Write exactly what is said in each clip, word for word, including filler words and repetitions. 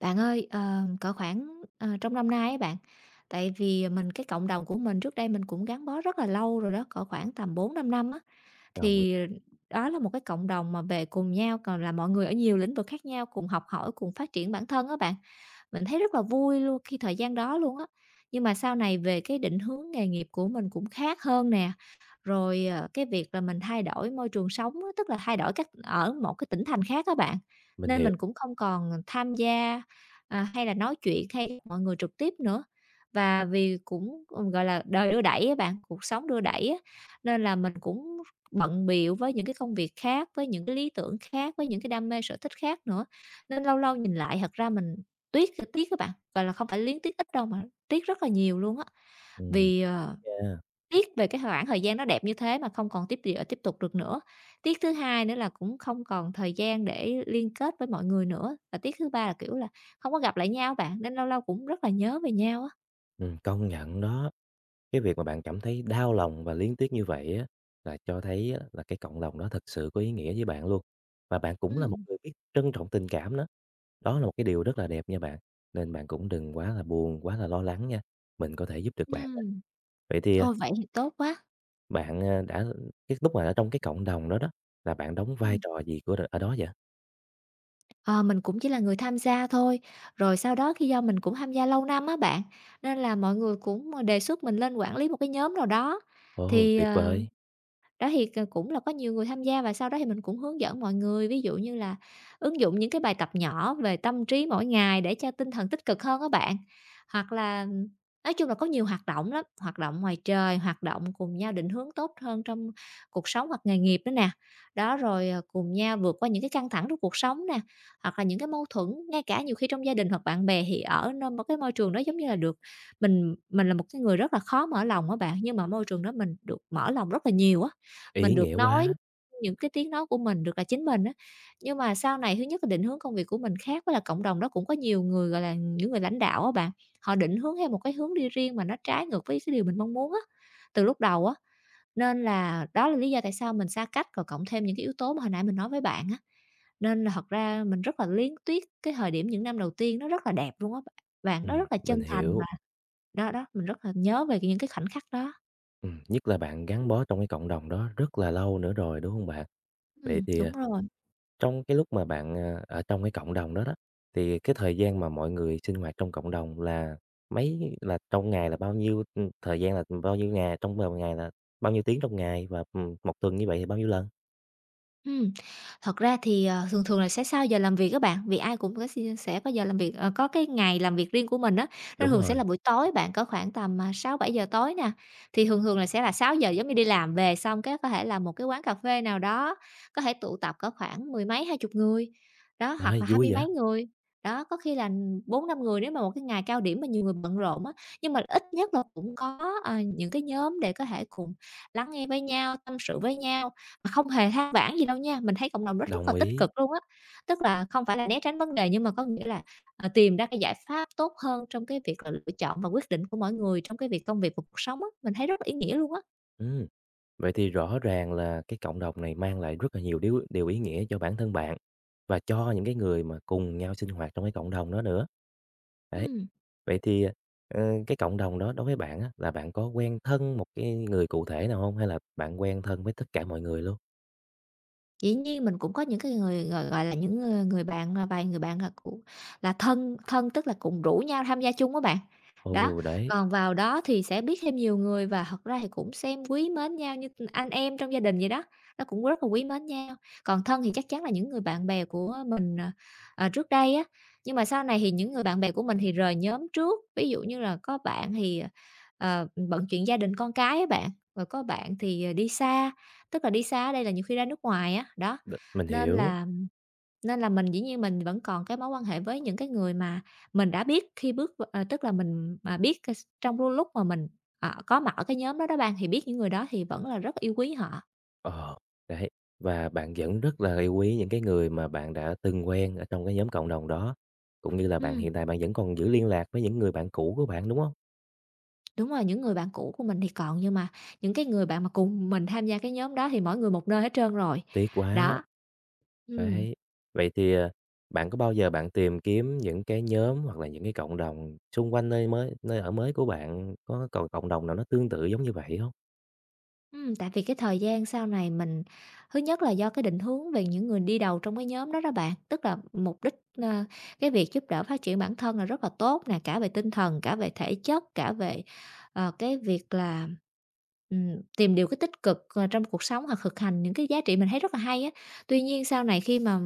Bạn ơi, ờ, cỡ khoảng, ờ, trong năm nay ấy bạn, tại vì mình cái cộng đồng của mình trước đây mình cũng gắn bó rất là lâu rồi đó, cỡ khoảng tầm bốn 5 năm á, Đồng ý, thì đó là một cái cộng đồng mà về cùng nhau, còn là mọi người ở nhiều lĩnh vực khác nhau cùng học hỏi, cùng phát triển bản thân á bạn. Mình thấy rất là vui luôn khi thời gian đó luôn á. Nhưng mà sau này về cái định hướng nghề nghiệp của mình cũng khác hơn nè, rồi, ờ, cái việc là mình thay đổi môi trường sống á, tức là thay đổi cách ở một cái tỉnh thành khác các bạn, mình nên hiểu. mình cũng không còn tham gia À, hay là nói chuyện hay mọi người trực tiếp nữa. Và vì cũng, gọi là, đời đưa đẩy á bạn, cuộc sống đưa đẩy á, nên là mình cũng bận bịu với những cái công việc khác, với những cái lý tưởng khác, với những cái đam mê sở thích khác nữa, nên lâu lâu nhìn lại thật ra mình tiếc, tiếc các bạn, gọi là, không phải liếng tiếc ít đâu mà tiếc rất là nhiều luôn á. Ừm, Vì, ờ yeah, tiếc về cái khoảng thời gian nó đẹp như thế mà không còn tiếp địa tiếp tục được nữa. Tiếc thứ hai nữa là cũng không còn thời gian để liên kết với mọi người nữa. Và tiếc thứ ba là, kiểu là, không có gặp lại nhau bạn, nên lâu lâu cũng rất là nhớ về nhau á. ừm, công nhận đó. Cái việc mà bạn cảm thấy đau lòng và liếng tiếc như vậy á, là cho thấy á là cái cộng đồng đó thật sự có ý nghĩa với bạn luôn. Và bạn cũng là một Ừm. người biết trân trọng tình cảm đó. Đó là một cái điều rất là đẹp nha bạn, nên bạn cũng đừng quá là buồn, quá là lo lắng nha, mình có thể giúp được bạn nè. Ừm. Vậy thì, à, Ôi, vậy thì tốt quá. bạn, à, đã cái lúc mà ở trong cái cộng đồng đó đó, là bạn đóng vai Ừm. trò gì của ở đó vậy? Ờ, mình cũng chỉ là người tham gia thôi, rồi sau đó khi do mình cũng tham gia lâu năm á bạn, nên là mọi người cũng đề xuất mình lên quản lý một cái nhóm nào đó, Ồ, thì, tuyệt ờ vời, đó thì c cũng là có nhiều người tham gia và sau đó thì mình cũng hướng dẫn mọi người, ví dụ như là ứng dụng những cái bài tập nhỏ về tâm trí mỗi ngày để cho tinh thần tích cực hơn các bạn. Hoặc là nói chung là có nhiều hoạt động lắm, hoạt động ngoài trời, hoạt động cùng nhau định hướng tốt hơn trong cuộc sống hoặc nghề nghiệp nữa nè. Đó, rồi, ờ, cùng nhau vượt qua những cái căng thẳng trong cuộc sống nè, hoặc là những cái mâu thuẫn, ngay cả nhiều khi trong gia đình hoặc bạn bè thì ở nơi một cái môi trường đó giống như là được mình mình là một cái người rất là khó mở lòng á bạn, nhưng mà môi trường đó mình được mở lòng rất là nhiều á. Mình ý được nghĩa nói quá! những cái tiếng nói của mình, được là chính mình á. Nhưng mà sau này thứ nhất là định hướng công việc của mình khác, với là cộng đồng đó cũng có nhiều người, gọi là, những người lãnh đạo á bạn, họ định hướng theo một cái hướng đi riêng mà nó trái ngược với cái điều mình mong muốn á, từ lúc đầu á. Nên là đó là lý do tại sao mình xa cách, rồi cộng thêm những cái yếu tố mà hồi nãy mình nói với bạn á, nên là thật ra mình rất là luyến tiếc cái thời điểm những năm đầu tiên nó rất là đẹp luôn á bạn, nó Ừm, rất là mình chân thành hiểu. và đó, đó, mình rất là nhớ về những cái khoảnh khắc đó. Ừm, nhất là bạn gắn bó trong cái cộng đồng đó rất là lâu nữa rồi, đúng không bạn? Vậy Ừm, thì, đúng à, rồi. trong cái lúc mà bạn, à, ở trong cái cộng đồng đó đó, thì cái thời gian mà mọi người sinh hoạt trong cộng đồng là mấy là trong ngày là bao nhiêu, ừm, thời gian là bao nhiêu ngày, trong một ngày là bao nhiêu tiếng trong ngày và, ừm, một tuần như vậy thì bao nhiêu lần? Ừm, thật ra thì, ờ, thường thường là sẽ sau giờ làm việc các bạn, vì ai cũng có xi sẽ có giờ làm việc, ờ, có cái ngày làm việc riêng của mình á, nên Đúng thường sẽ là rồi, buổi tối bạn, có khoảng tầm, à, sáu bảy giờ tối nè. Thì thường thường là sẽ là sáu giờ giống như đi làm về xong cái có thể là một cái quán cà phê nào đó, có thể tụ tập có khoảng mười mấy, hai chục người, đó, hoặc ơi, là hai vui mươi vậy! mấy người, đó, có khi là bốn năm người nếu mà một cái ngày cao điểm mà nhiều người bận rộn á. Nhưng mà ít nhất là cũng có, ờ, những cái nhóm để có thể cùng lắng nghe với nhau, tâm sự với nhau. Mà không hề than vãn gì đâu nha, mình thấy cộng đồng rất rất là Đồng tích ý, cực luôn á. Tức là không phải là né tránh vấn đề nhưng mà có nghĩa là, ờ, tìm ra cái giải pháp tốt hơn trong cái việc là lựa chọn và quyết định của mỗi người trong cái việc công việc và cuộc sống á, mình thấy rất là ý nghĩa luôn á. ừm. Vậy thì rõ ràng là cái cộng đồng này mang lại rất là nhiều điều điều ý nghĩa cho bản thân bạn và cho những cái người mà cùng nhau sinh hoạt trong cái cộng đồng đó nữa. Đấy, Ừm. vậy thì, ờ, cái cộng đồng đó đối với bạn á, là bạn có quen thân một cái người cụ thể nào không? Hay là bạn quen thân với tất cả mọi người luôn? Dĩ nhiên mình cũng có những cái người, gọi gọi là, những, ơ, người bạn, à, vài người bạn là cũng là thân thân, tức là cùng rủ nhau tham gia chung á bạn. Đó, Ồ, đấy, còn vào đó thì sẽ biết thêm nhiều người và thật ra thì cũng xem quý mến nhau như anh em trong gia đình vậy đó, nó cũng rất là quý mến nhau. Còn thân thì chắc chắn là những người bạn bè của mình, ờ, ờ, trước đây á, nhưng mà sau này thì những người bạn bè của mình thì rời nhóm trước. Ví dụ như là có bạn thì, ờ, ờ, bận chuyện gia đình con cái á bạn, rồi có bạn thì, ờ, đi xa, tức là đi xa ở đây là nhiều khi ra nước ngoài á, đó, đ mình nên hiểu. là nên là mình dĩ nhiên mình vẫn còn cái mối quan hệ với những cái người mà mình đã biết khi bước v ờ, tức là mình mà biết c trong cái lúc mà mình, ờ, có mặt ở cái nhóm đó đó bạn, thì biết những người đó thì vẫn là rất yêu quý họ. Ờ, đấy, và bạn vẫn rất là yêu quý những cái người mà bạn đã từng quen ở trong cái nhóm cộng đồng đó, cũng như là bạn Ừm, hiện tại bạn vẫn còn giữ liên lạc với những người bạn cũ của bạn, đúng không? đúng rồi, những người bạn cũ của mình thì còn, nhưng mà những cái người bạn mà cùng mình tham gia cái nhóm đó thì mỗi người một nơi hết trơn rồi, Tuyệt quá! đó. Ừm. Đấy, vậy thì, à, bạn có bao giờ bạn tìm kiếm những cái nhóm hoặc là những cái cộng đồng xung quanh nơi mới nơi ở mới của bạn có còn cộng đồng nào nó tương tự giống như vậy không? Ừm, tại vì cái thời gian sau này mình thứ nhất là do cái định hướng về những người đi đầu trong cái nhóm đó đó bạn, tức là mục đích, ơ, cái việc giúp đỡ phát triển bản thân là rất là tốt nè, cả về tinh thần, cả về thể chất, cả về, ờ, cái việc là, ừm, tìm điều cái tích cực, ờ, trong cuộc sống hoặc thực hành những cái giá trị mình thấy rất là hay á. Tuy nhiên sau này khi mà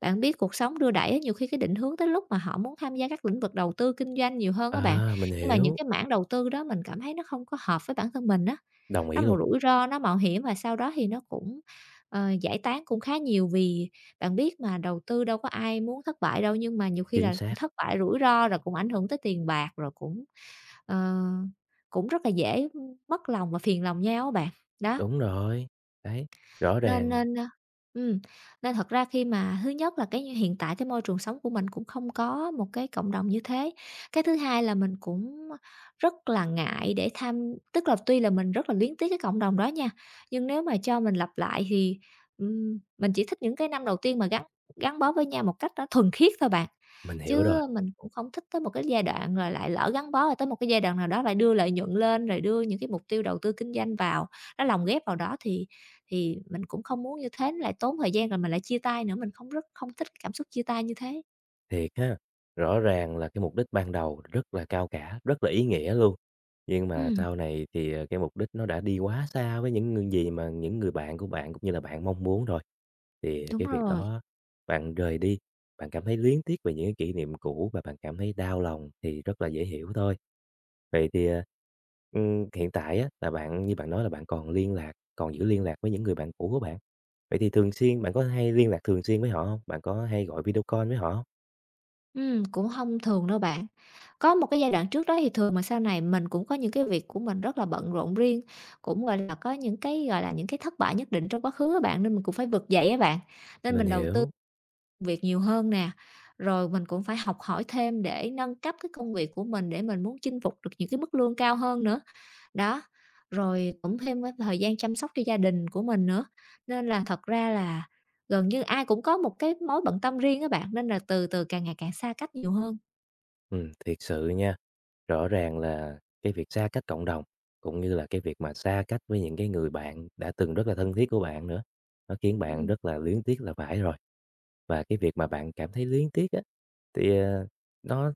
bạn biết cuộc sống đưa đẩy á, nhiều khi cái định hướng tới lúc mà họ muốn tham gia các lĩnh vực đầu tư kinh doanh nhiều hơn á bạn, À, mình nhưng mà những hiểu, cái mảng đầu tư đó mình cảm thấy nó không có hợp với bản thân mình á. đồng Nó ý một luôn, rủi ro, nó mạo hiểm và sau đó thì nó cũng, ờ, giải tán cũng khá nhiều vì bạn biết mà đầu tư đâu có ai muốn thất bại đâu, nhưng mà nhiều khi chính là xác, thất bại rủi ro rồi cũng ảnh hưởng tới tiền bạc, rồi cũng, ờ, cũng rất là dễ mất lòng và phiền lòng nhau á bạn. Đó, đúng rồi, đấy, rõ nên ràng nên, ơ ừm, nên thật ra khi mà thứ nhất là cái như hiện tại cái môi trường sống của mình cũng không có một cái cộng đồng như thế. Cái thứ hai là mình cũng rất là ngại để tham tức là tuy là mình rất là luyến tiếc cái cộng đồng đó nha, nhưng nếu mà cho mình lặp lại thì, ừm, mình chỉ thích những cái năm đầu tiên mà gắn gắn bó với nhau một cách nó thuần khiết thôi bạn. mình hiểu Chứ rồi. mình cũng không thích tới một cái giai đoạn rồi lại lỡ gắn bó rồi tới một cái giai đoạn nào đó lại đưa lợi nhuận lên, rồi đưa những cái mục tiêu đầu tư kinh doanh vào, nó lồng ghép vào đó thì thì mình cũng không muốn như thế nó lại tốn thời gian rồi mình lại chia tay nữa, mình không rất không thích cái cảm xúc chia tay như thế. Thiệt ha, rõ ràng là cái mục đích ban đầu rất là cao cả, rất là ý nghĩa luôn. Nhưng mà Ừm, sau này thì, ờ, cái mục đích nó đã đi quá xa với những ng gì mà những người bạn của bạn cũng như là bạn mong muốn rồi. Thì đúng cái việc rồi. đó bạn rời đi, bạn cảm thấy luyến tiếc về những cái kỷ niệm cũ và bạn cảm thấy đau lòng thì rất là dễ hiểu thôi. Vậy thì, ờ, ừm, hiện tại á là bạn như bạn nói là bạn còn liên lạc, còn giữ liên lạc với những người bạn cũ của bạn. Vậy thì thường xuyên bạn có hay liên lạc thường xuyên với họ không? Bạn có hay gọi video call với họ hông? Ừm, cũng không thường đâu bạn. Có một cái giai đoạn trước đó thì thường, mà sau này mình cũng có những cái việc của mình rất là bận rộn riêng, cũng, gọi là, có những cái, gọi là, những cái thất bại nhất định trong quá khứ á bạn, nên mình cũng phải vực dậy á bạn. Nên Mình mình đầu tư hiểu. việc nhiều hơn nè, rồi mình cũng phải học hỏi thêm để nâng cấp cái công việc của mình để mình muốn chinh phục được những cái mức lương cao hơn nữa. Đó, rồi cũng thêm cái thời gian chăm sóc cho gia đình của mình nữa, nên là thật ra là gần như ai cũng có một cái mối bận tâm riêng các bạn, nên là từ từ càng ngày càng xa cách nhiều hơn. Ừm, thiệt sự nha, rõ ràng là cái việc xa cách cộng đồng, cũng như là cái việc mà xa cách với những cái người bạn đã từng rất là thân thiết của bạn nữa, nó khiến bạn Ừm. rất là luyến tiếc là phải rồi. Và cái việc mà bạn cảm thấy luyến tiếc á, thì, ờ, nó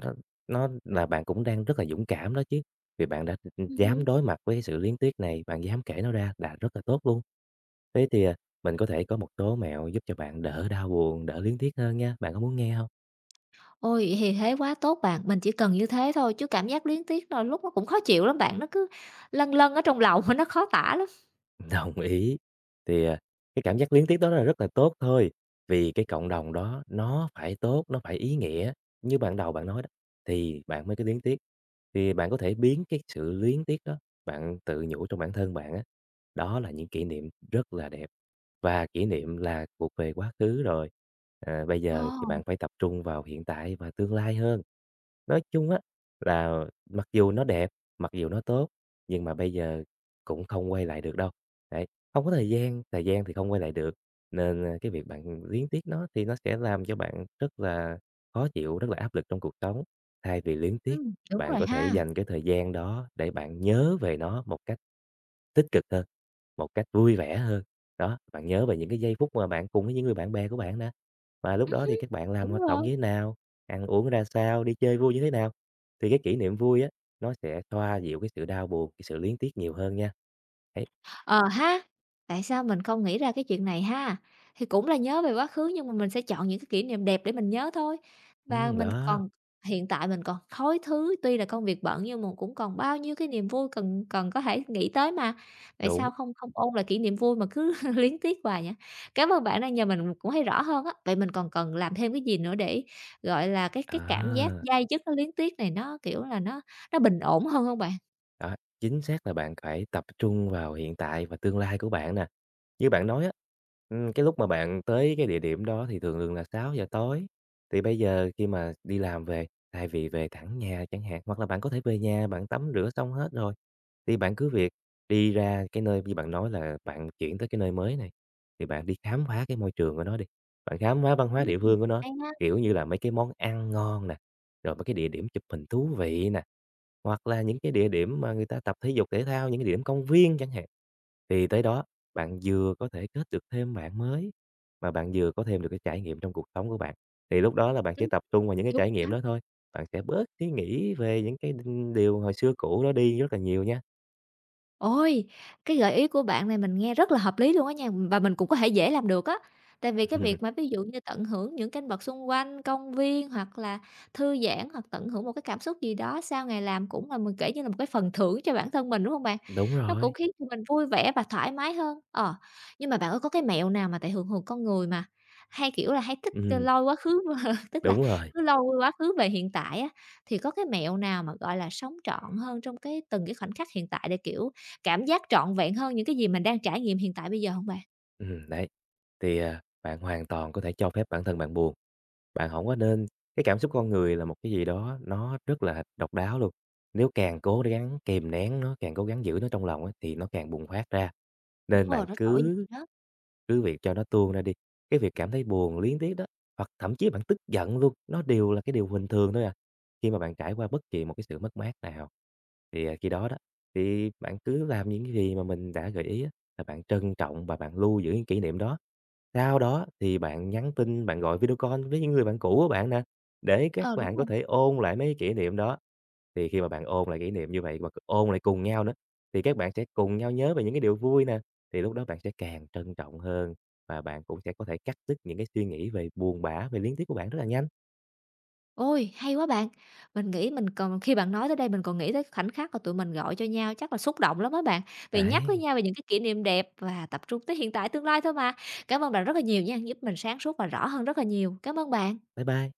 nó nó là bạn cũng đang rất là dũng cảm đó chứ, vì bạn đã, Ừm. dám đối mặt với sự luyến tiếc này, bạn dám kể nó ra là rất là tốt luôn. Thế thì, à, mình có thể có một số mẹo giúp cho bạn đỡ đau buồn, đỡ luyến tiếc hơn nha, bạn có muốn nghe không? Ôi, thì thế quá tốt bạn, mình chỉ cần như thế thôi chứ cảm giác luyến tiếc đôi lúc nó cũng khó chịu lắm bạn, nó cứ lâng lâng ở trong lòng, nó khó tả lắm. Đồng ý. Thì, à, cái cảm giác luyến tiếc đó là rất là tốt thôi, vì cái cộng đồng đó nó phải tốt, nó phải ý nghĩa, như ban đầu bạn nói đó, thì bạn mới cái luyến tiếc. Thì bạn có thể biến cái sự luyến tiếc đó, bạn tự nhủ trong bản thân bạn á, đó là những kỷ niệm rất là đẹp, và kỷ niệm là thuộc về quá khứ rồi, à, bây Ồ. giờ thì bạn phải tập trung vào hiện tại và tương lai hơn. Nói chung á, là mặc dù nó đẹp, mặc dù nó tốt, nhưng mà bây giờ cũng không quay lại được đâu. Đấy, không có thời gian, thời gian thì không quay lại được, nên, a, cái việc bạn luyến tiếc nó thì nó sẽ làm cho bạn rất là khó chịu, rất là áp lực trong cuộc sống. Thay vì luyến tiếc, Ừm, đúng bạn rồi có thể ha. dành cái thời gian đó để bạn nhớ về nó một cách tích cực hơn, một cách vui vẻ hơn. Đó, bạn nhớ về những cái giây phút mà bạn cùng với những người bạn bè của bạn đó và lúc Ừm, đó thì các bạn làm đúng hoạt động rồi. như thế nào, ăn uống ra sao, đi chơi vui như thế nào. Thì cái kỷ niệm vui á, nó sẽ xoa dịu cái sự đau buồn, cái sự luyến tiếc nhiều hơn nha. Đấy. Ờ ha, tại sao mình không nghĩ ra cái chuyện này ha? Thì cũng là nhớ về quá khứ nhưng mà mình sẽ chọn những cái kỷ niệm đẹp để mình nhớ thôi. Và Ừm, mình đó, còn hiện tại mình còn thối thứ, tuy là công việc bận nhưng mà cũng còn bao nhiêu cái niềm vui cần cần có thể nghĩ tới mà. Tại đúng. sao không không ôn lại kỷ niệm vui mà cứ luyến tiếc hoài nhỉ? Cảm ơn bạn đã nhờ mình cũng thấy rõ hơn á. Vậy mình còn cần làm thêm cái gì nữa để, gọi là, cái cái cảm giác À, day dứt, nó luyến tiếc này nó, kiểu là, nó nó bình ổn hơn không bạn? đó, chính xác là bạn phải tập trung vào hiện tại và tương lai của bạn nè. Như bạn nói á, ừm, cái lúc mà bạn tới cái địa điểm đó thì thường thường là sáu giờ tối, thì bây giờ khi mà đi làm về, thay vì về thẳng nhà chẳng hạn, hoặc là bạn có thể về nhà bạn tắm rửa xong hết rồi, thì bạn cứ việc đi ra cái nơi như bạn nói là bạn chuyển tới cái nơi mới này, thì bạn đi khám phá cái môi trường của nó đi, bạn khám phá văn hóa Ừm, địa phương của nó, hay ha, kiểu như là mấy cái món ăn ngon nè, rồi mấy cái địa điểm chụp hình thú vị nè, hoặc là những cái địa điểm mà người ta tập thể dục thể thao, những cái địa điểm công viên chẳng hạn. Thì tới đó bạn vừa có thể kết được thêm bạn mới, mà bạn vừa có thêm được cái trải nghiệm trong cuộc sống của bạn. Thì lúc đó là bạn sẽ ừm, tập trung vào những cái đúng. trải nghiệm đó thôi, bạn sẽ bớt suy nghĩ về những cái điều hồi xưa cũ đó đi rất là nhiều nha. Ôi, cái gợi ý của bạn này mình nghe rất là hợp lý luôn á nha, và mình cũng có thể dễ làm được á. Tại vì cái việc mà ví dụ như tận hưởng những cảnh vật xung quanh, công viên hoặc là thư giãn hoặc tận hưởng một cái cảm xúc gì đó sau ngày làm cũng là mình kể như là một cái phần thưởng cho bản thân mình, đúng không bạn? Đúng Nó cũng rồi, khiến cho mình vui vẻ và thoải mái hơn. Ờ, nhưng mà bạn ơi có cái mẹo nào mà tại thường thường con người mà hay, kiểu là, hay thích, ơ, ừm, lôi quá khứ tức là đúng rồi. cứ lôi quá khứ về hiện tại á, thì có cái mẹo nào mà, gọi là, sống trọn hơn trong cái từng cái khoảnh khắc hiện tại để, kiểu, cảm giác trọn vẹn hơn những cái gì mình đang trải nghiệm hiện tại bây giờ hông bạn? Ừm, đấy, thì, à, Bạn hoàn toàn có thể cho phép bản thân bạn buồn. Bạn không có nên cái cảm xúc con người là một cái gì đó nó rất là độc đáo luôn. Nếu càng cố gắng kìm nén nó, càng cố gắng giữ nó trong lòng á, thì nó càng bùng phát ra. Đúng Nên rồi, bạn nó trỗi dậy cứ đó. cứ việc cho nó tuôn ra đi. Cái việc cảm thấy buồn, liên tiếp đó, hoặc thậm chí bạn tức giận luôn, nó đều là cái điều bình thường thôi à. Khi mà bạn trải qua bất kỳ một cái sự mất mát nào, thì, à, khi đó đó, thì bạn cứ làm những cái gì mà mình đã gợi ý á, là bạn trân trọng và bạn lưu giữ những kỷ niệm đó. Sau đó thì bạn nhắn tin, bạn gọi video call với những người bạn cũ của bạn nè, để các Ờ, đúng bạn rồi. có thể ôn lại mấy kỷ niệm đó. Thì khi mà bạn ôn lại kỷ niệm như vậy và ôn lại cùng nhau nữa, thì các bạn sẽ cùng nhau nhớ về những cái điều vui nè, thì lúc đó bạn sẽ càng trân trọng hơn và bạn cũng sẽ có thể cắt đứt những cái suy nghĩ về buồn bã, về liên tiếp của bạn rất là nhanh. Ôi, hay quá bạn! Mình nghĩ mình còn khi bạn nói tới đây mình còn nghĩ tới khoảnh khắc mà tụi mình gọi cho nhau chắc là xúc động lắm á bạn, vì nhắc với Đấy, nhau về những cái kỷ niệm đẹp và tập trung tới hiện tại tương lai thôi mà. Cảm ơn bạn rất là nhiều nha, giúp mình sáng suốt và rõ hơn rất là nhiều. Cám ơn bạn. bye bye.